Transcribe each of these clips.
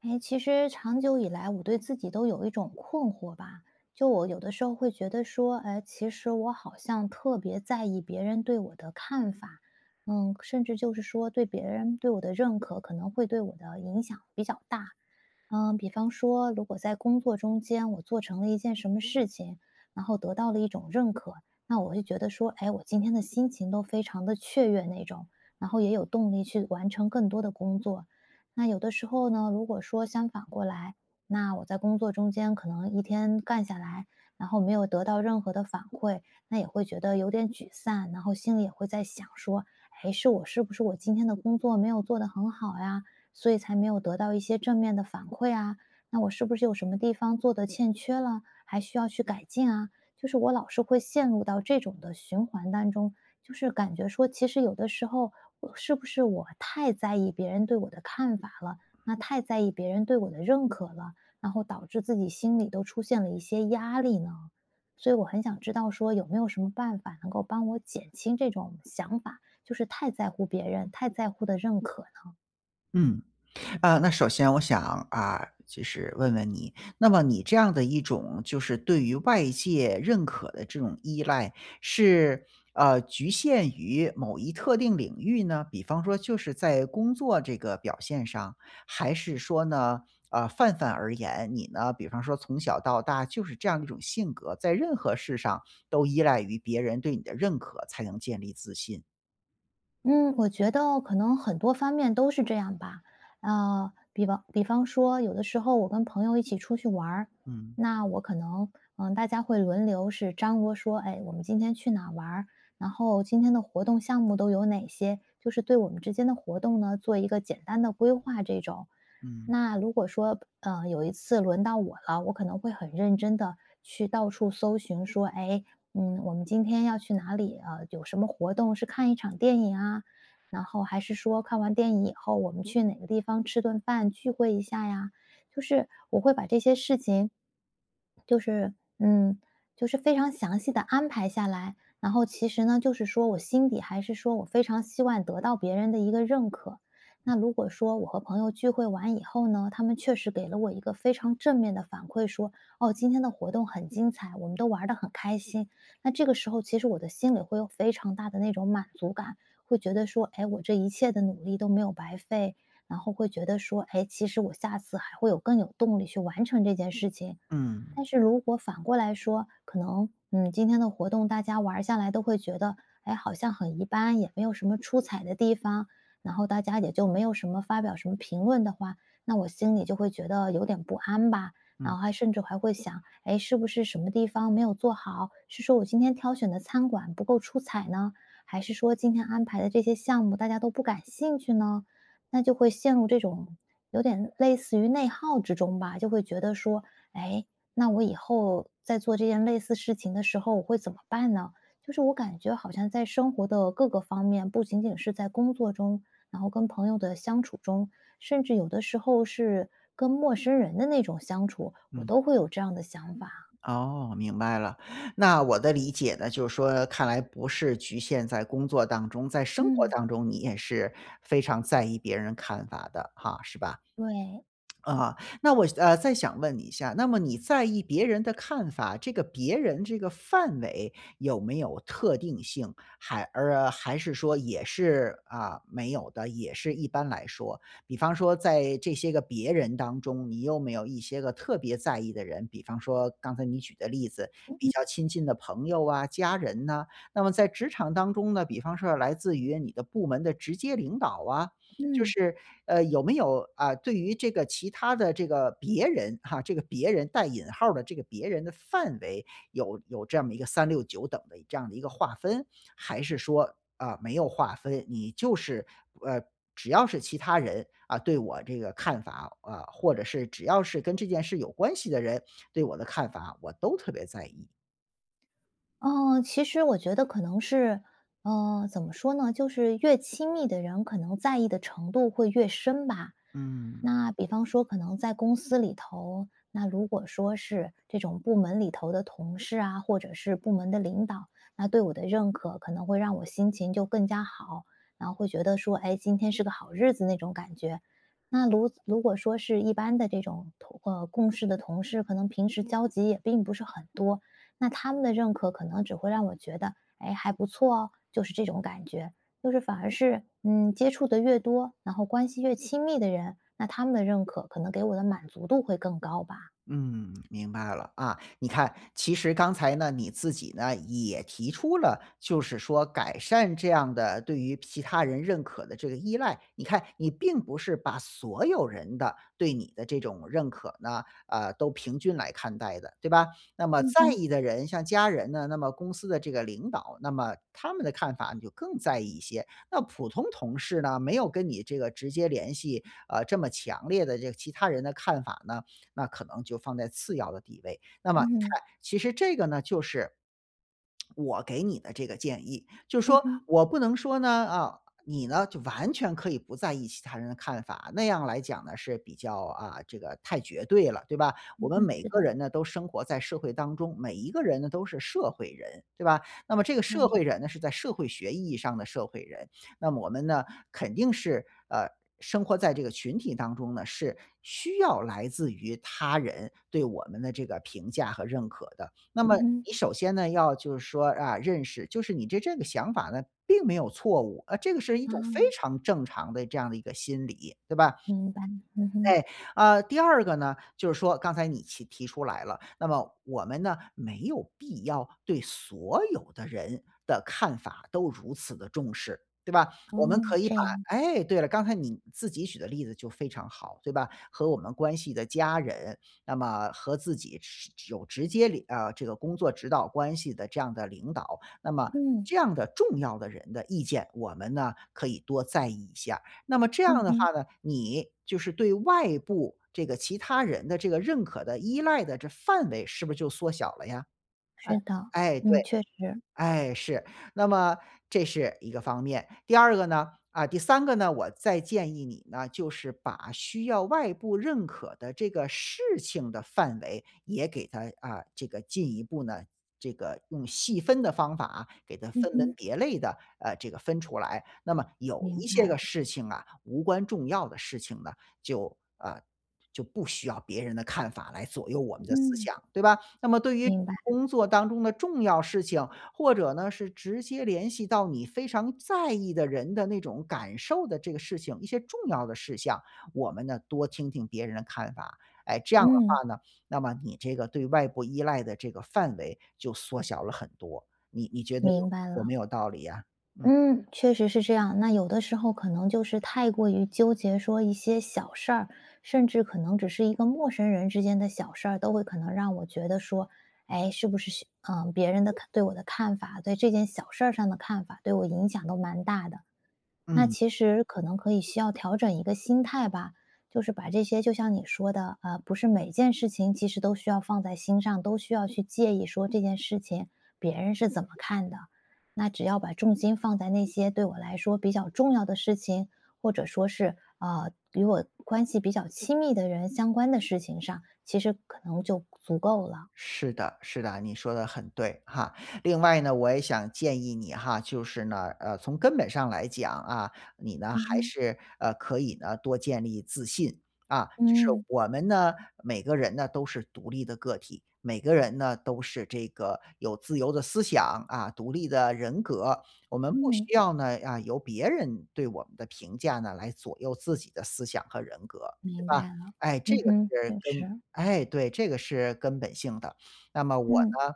哎，其实长久以来，我对自己都有一种困惑吧。就我有的时候会觉得说，哎，其实我好像特别在意别人对我的看法，甚至就是说对别人对我的认可可能会对我的影响比较大。比方说，如果在工作中间我做成了一件什么事情，然后得到了一种认可，那我会觉得说，哎，我今天的心情都非常的雀跃那种，然后也有动力去完成更多的工作。那有的时候呢，如果说相反过来，那我在工作中间可能一天干下来，然后没有得到任何的反馈，那也会觉得有点沮丧，然后心里也会在想说，哎，是不是我今天的工作没有做得很好呀？所以才没有得到一些正面的反馈啊？那我是不是有什么地方做得欠缺了，还需要去改进啊？就是我老是会陷入到这种的循环当中，就是感觉说，其实有的时候我是不是太在意别人对我的看法了，那太在意别人对我的认可了，然后导致自己心里都出现了一些压力呢？所以我很想知道说有没有什么办法能够帮我减轻这种想法，就是太在乎别人、太在乎的认可。嗯，那首先我想就是问问你，那么你这样的一种就是对于外界认可的这种依赖，是局限于某一特定领域呢？比方说就是在工作这个表现上，还是说呢，泛泛而言，你呢，比方说从小到大就是这样一种性格，在任何事上都依赖于别人对你的认可才能建立自信？嗯，我觉得可能很多方面都是这样吧。比方说，有的时候我跟朋友一起出去玩儿，嗯那我可能，大家会轮流是张罗说，哎，我们今天去哪儿玩儿，然后今天的活动项目都有哪些，就是对我们之间的活动呢，做一个简单的规划这种。嗯那如果说，有一次轮到我了，我可能会很认真的去到处搜寻，说，哎，我们今天要去哪里？有什么活动？是看一场电影啊，然后还是说看完电影以后，我们去哪个地方吃顿饭聚会一下呀？就是我会把这些事情，就是嗯，就是非常详细的安排下来。然后其实呢，就是说我心底还是说我非常希望得到别人的一个认可。那如果说我和朋友聚会完以后呢，他们确实给了我一个非常正面的反馈，说哦，今天的活动很精彩，我们都玩得很开心。那这个时候，其实我的心里会有非常大的那种满足感，会觉得说，哎，我这一切的努力都没有白费，然后会觉得说，哎，其实我下次还会有更有动力去完成这件事情。嗯但是如果反过来说，可能今天的活动大家玩儿下来都会觉得，哎，好像很一般，也没有什么出彩的地方，然后大家也就没有什么发表什么评论的话，那我心里就会觉得有点不安吧。然嗯后还甚至还会想，哎，是不是什么地方没有做好？是说我今天挑选的餐馆不够出彩呢，还是说今天安排的这些项目大家都不感兴趣呢？那就会陷入这种有点类似于内耗之中吧，就会觉得说，哎，那我以后在做这件类似事情的时候，我会怎么办呢？就是我感觉好像在生活的各个方面，不仅仅是在工作中，然后跟朋友的相处中，甚至有的时候是跟陌生人的那种相处，我嗯。都会有这样的想法。哦，明白了。那我的理解呢，就是说看来不是局限在工作当中，在生活嗯，当中你也是非常在意别人看法的哈，是吧？对，啊，那我再想问你一下，那么你在意别人的看法，这个别人这个范围有没有特定性？还是说也是没有的，也是一般来说，比方说在这些个别人当中，你有没有一些个特别在意的人？比方说刚才你举的例子，嗯比嗯较亲近的朋友啊、家人呐、那么在职场当中呢，比方说来自于你的部门的直接领导啊，就嗯。是有没有啊，对于这个其他的这个别人哈，这个别人带引号儿的这个别人的范围，有这么一个三六九等的这样的一个划分？还是说，啊，没有划分，你就是呃，只要是其他人，啊，对我这个看法，啊，或者是只要是跟这件事有关系的人，对我的看法，我都特别在意？其实我觉得可能是，怎么说呢？就是越亲密的人，可能在意的程度会越深吧。嗯。那比方说，可能在公司里头，那如果说是这种部门里头的同事啊，或者是部门的领导，那对我的认可可能会让我心情就更加好，然后会觉得说，哎，今天是个好日子那种感觉。那如果说是一般的这种共事的同事，可能平时交集也并不是很多，那他们的认可可能只会让我觉得，哎，还不错哦，就是这种感觉。就是反而是，接触的越多，然后关系越亲密的人，那他们的认可可能给我的满足度会更高吧。嗯，明白了啊。你看，其实刚才呢，你自己呢也提出了，就是说改善这样的对于其他人认可的这个依赖。你看，你并不是把所有人的对你的这种认可呢，都平均来看待的，对吧？那么嗯在哼，意的人，像家人呢，那么公司的这个领导，那么他们的看法你就更在意一些。那普通同事呢，没有跟你这个直接联系，这么强烈的这个其他人的看法呢。那可能就放在次要的地位。那么嗯你哼，看，其实这个呢，就是我给你的这个建议，就是嗯说哼，我不能说呢，啊，你呢就完全可以不在意其他人的看法，那样来讲呢是比较这个太绝对了，对吧？我嗯们哼，每是个的。人呢都生活在社会当中，每一个人呢都是社会人，对吧？那么这个社对。会人呢是在社会学意义上的社会人，那么我们呢肯定是生活在这个群体当中呢，是需要来自于他人对我们的这个评价和认可的。那么嗯哼。你首先呢，要就是说啊，认识就是你这个想法呢，并没有错误，啊，这个是一种非啊，常正常的这样的一个心理，对吧？明白。嗯哼。哎，呃，第二个呢，就是说刚才你提出来了，那么我们呢，没有必要对所有的人的看法都如此的重视，对吧？我们哦，可以这把样。哎，对了，刚才你自己举的例子就非常好，对吧？和我们关系的家人，那么和自己是有直接这个工作指导关系的这样的领导，那么嗯。这样的重要的人的意见，我们呢，可以多在意一下。那么这嗯样的哼，话呢，你就是对外部这个其他人的这个认可的依赖的这范围是不是就缩小了呀？是的。哎，对。嗯，确实。哎，是，那么这是一个方面。第二个呢，啊，第三个呢，我再建议你呢，就是把需要外部认可的这个事情的范围也给它啊，这个进一步呢，这个用细分的方法啊，给它嗯分门哼，别类的，这个分出来。那么有明一白些个了。事情啊，无关重要的事情呢，就啊，就不需要别人的看法来左右我们的思嗯，想，对吧？那么对于明白。工作当中的重要事情，或者呢是直接联系到你非常在意的人的那种感受的这个事情，一些重要的事项，我们呢多听听别人的看法。哎，这样的嗯。话呢，那么你这个对外部依赖的这个范围就缩小了很多。你觉得明白有了。没有道理呀？嗯嗯，确实是这样。那有的时候可能就是太过于纠结，说一些小事儿，甚至可能只是一个陌生人之间的小事儿，都会可能让我觉得说，哎，是不是别人的看对我的看法，对这件小事儿上的看法，对我影响都蛮大的。那嗯。其实可能可以需要调整一个心态吧，就是把这些就像你说的，不是每件事情其实都需要放在心上，都需要去介意说这件事情别人是怎么看的。那只要把重心放在那些对我来说比较重要的事情，或者说是与我关系比较亲密的人相关的事情上，其实可能就足够了。是的，是的，你说的很对哈。另外呢，我也想建议你哈，就是呢，从根本上来讲啊，你呢嗯还哼。是可以呢多建立自信啊。就是嗯我们呢，每个人呢都是独立的个体，每个人呢都是这个有自由的思想啊，独立的人格。我们不嗯，需要呢啊由别人对我们的评价呢来左右自己的思想和人格，对明吧？白了。哎，这嗯个哼，是确跟实。哎，对，这个是根本性的。那么我嗯呢，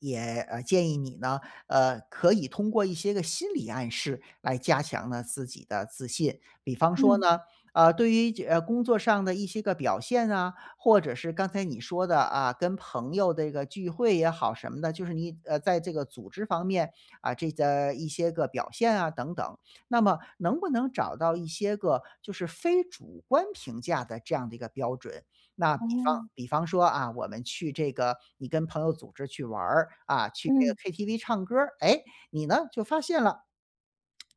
也，建议你呢，可以通过一些个心理暗示来加强呢自己的自信。比方说嗯。呢，对于工作上的一些个表现啊，或者是刚才你说的啊，跟朋友的这个聚会也好什么的，就是你，在这个组织方面，啊，这个一些个表现啊等等。那么能不能找到一些个就是非主观评价的这样的一个标准，那哦。比方说啊，我们去这个你跟朋友组织去玩儿，啊，去这个 嗯。KTV 唱歌儿，哎，你呢，就发现了，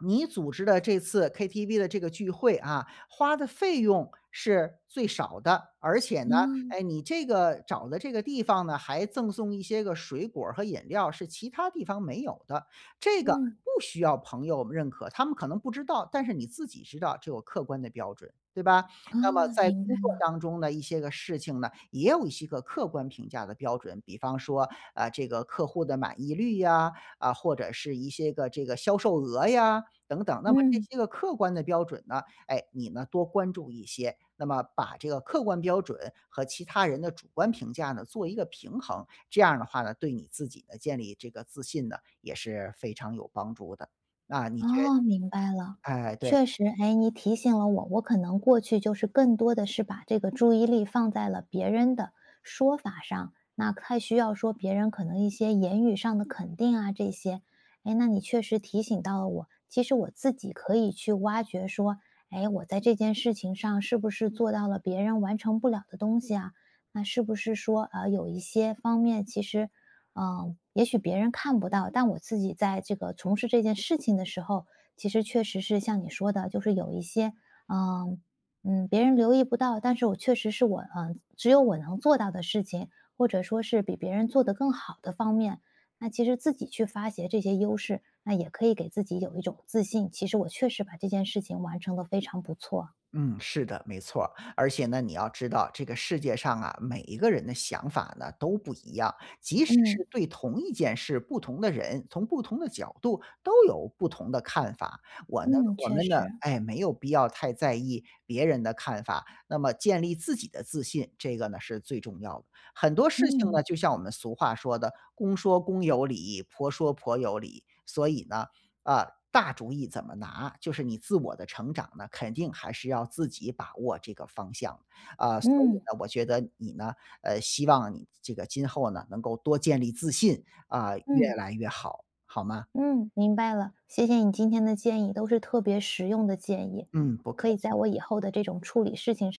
你组织的这次 KTV 的这个聚会啊，花的费用是最少的，而且呢，嗯。哎，你这个找的这个地方呢，还赠送一些个水果儿和饮料，是其他地方没有的。这个嗯。不需要朋友认可，他们可能不知道，但是你自己知道，这有客观的标准，对吧？哦。那么在明白。工作当中的一些个事情呢，也有一些个客观评价的标准，比方说，啊，这个客户的满意率呀，啊，或者是一些个这个销售额呀，等等。那么这嗯。些个客观的标准呢，哎，你呢多关注一些，那么把这个客观标准和其他人的主观评价呢做一个平衡，这样的话呢，对你自己的建立这个自信呢也是非常有帮助的。啊，你觉哦，明白了。哎，对。确实，哎，你提醒了我，我可能过去就是更多的是把这个注意力放在了别人的说法上，那太需要说别人可能一些言语上的肯定啊这些。哎，那你确实提醒到了我，其实我自己可以去挖掘说，哎，我在这件事情上是不是做到了别人完成不了的东西啊？那是不是说，有一些方面其实也许别人看不到，但我自己在这个从事这件事情的时候，其实确实是像你说的，就是有一些，嗯别人留意不到，但是我确实是我，只有我能做到的事情，或者说是比别人做得更好的方面，那其实自己去发掘这些优势，那也可以给自己有一种自信。其实我确实把这件事情完成的非常不错。嗯，是的，没错儿而且呢，你要知道，这个世界上啊，每一个人的想法呢都不一样，即使嗯是对同一件事，不同的人从不同的角度都有不同的看法。嗯，我确们呢，实。哎，没有必要太在意别人的看法，那么建立自己的自信，这个呢是最重要的。很多事情嗯呢，就像我们俗话说的，"公说公有理，婆说婆有理"，所以呢，啊，大主意怎么拿，就是你自我的成长呢，肯定还是要自己把握这个方向。啊，所以嗯呢，我觉得你呢，希望你这个今后呢，能够多建立自信，啊，越嗯。来越好，好吗？嗯，明白了，谢谢你今天的建议，都是特别实用的建议，嗯，不可客以在气。我以后的这种处理事情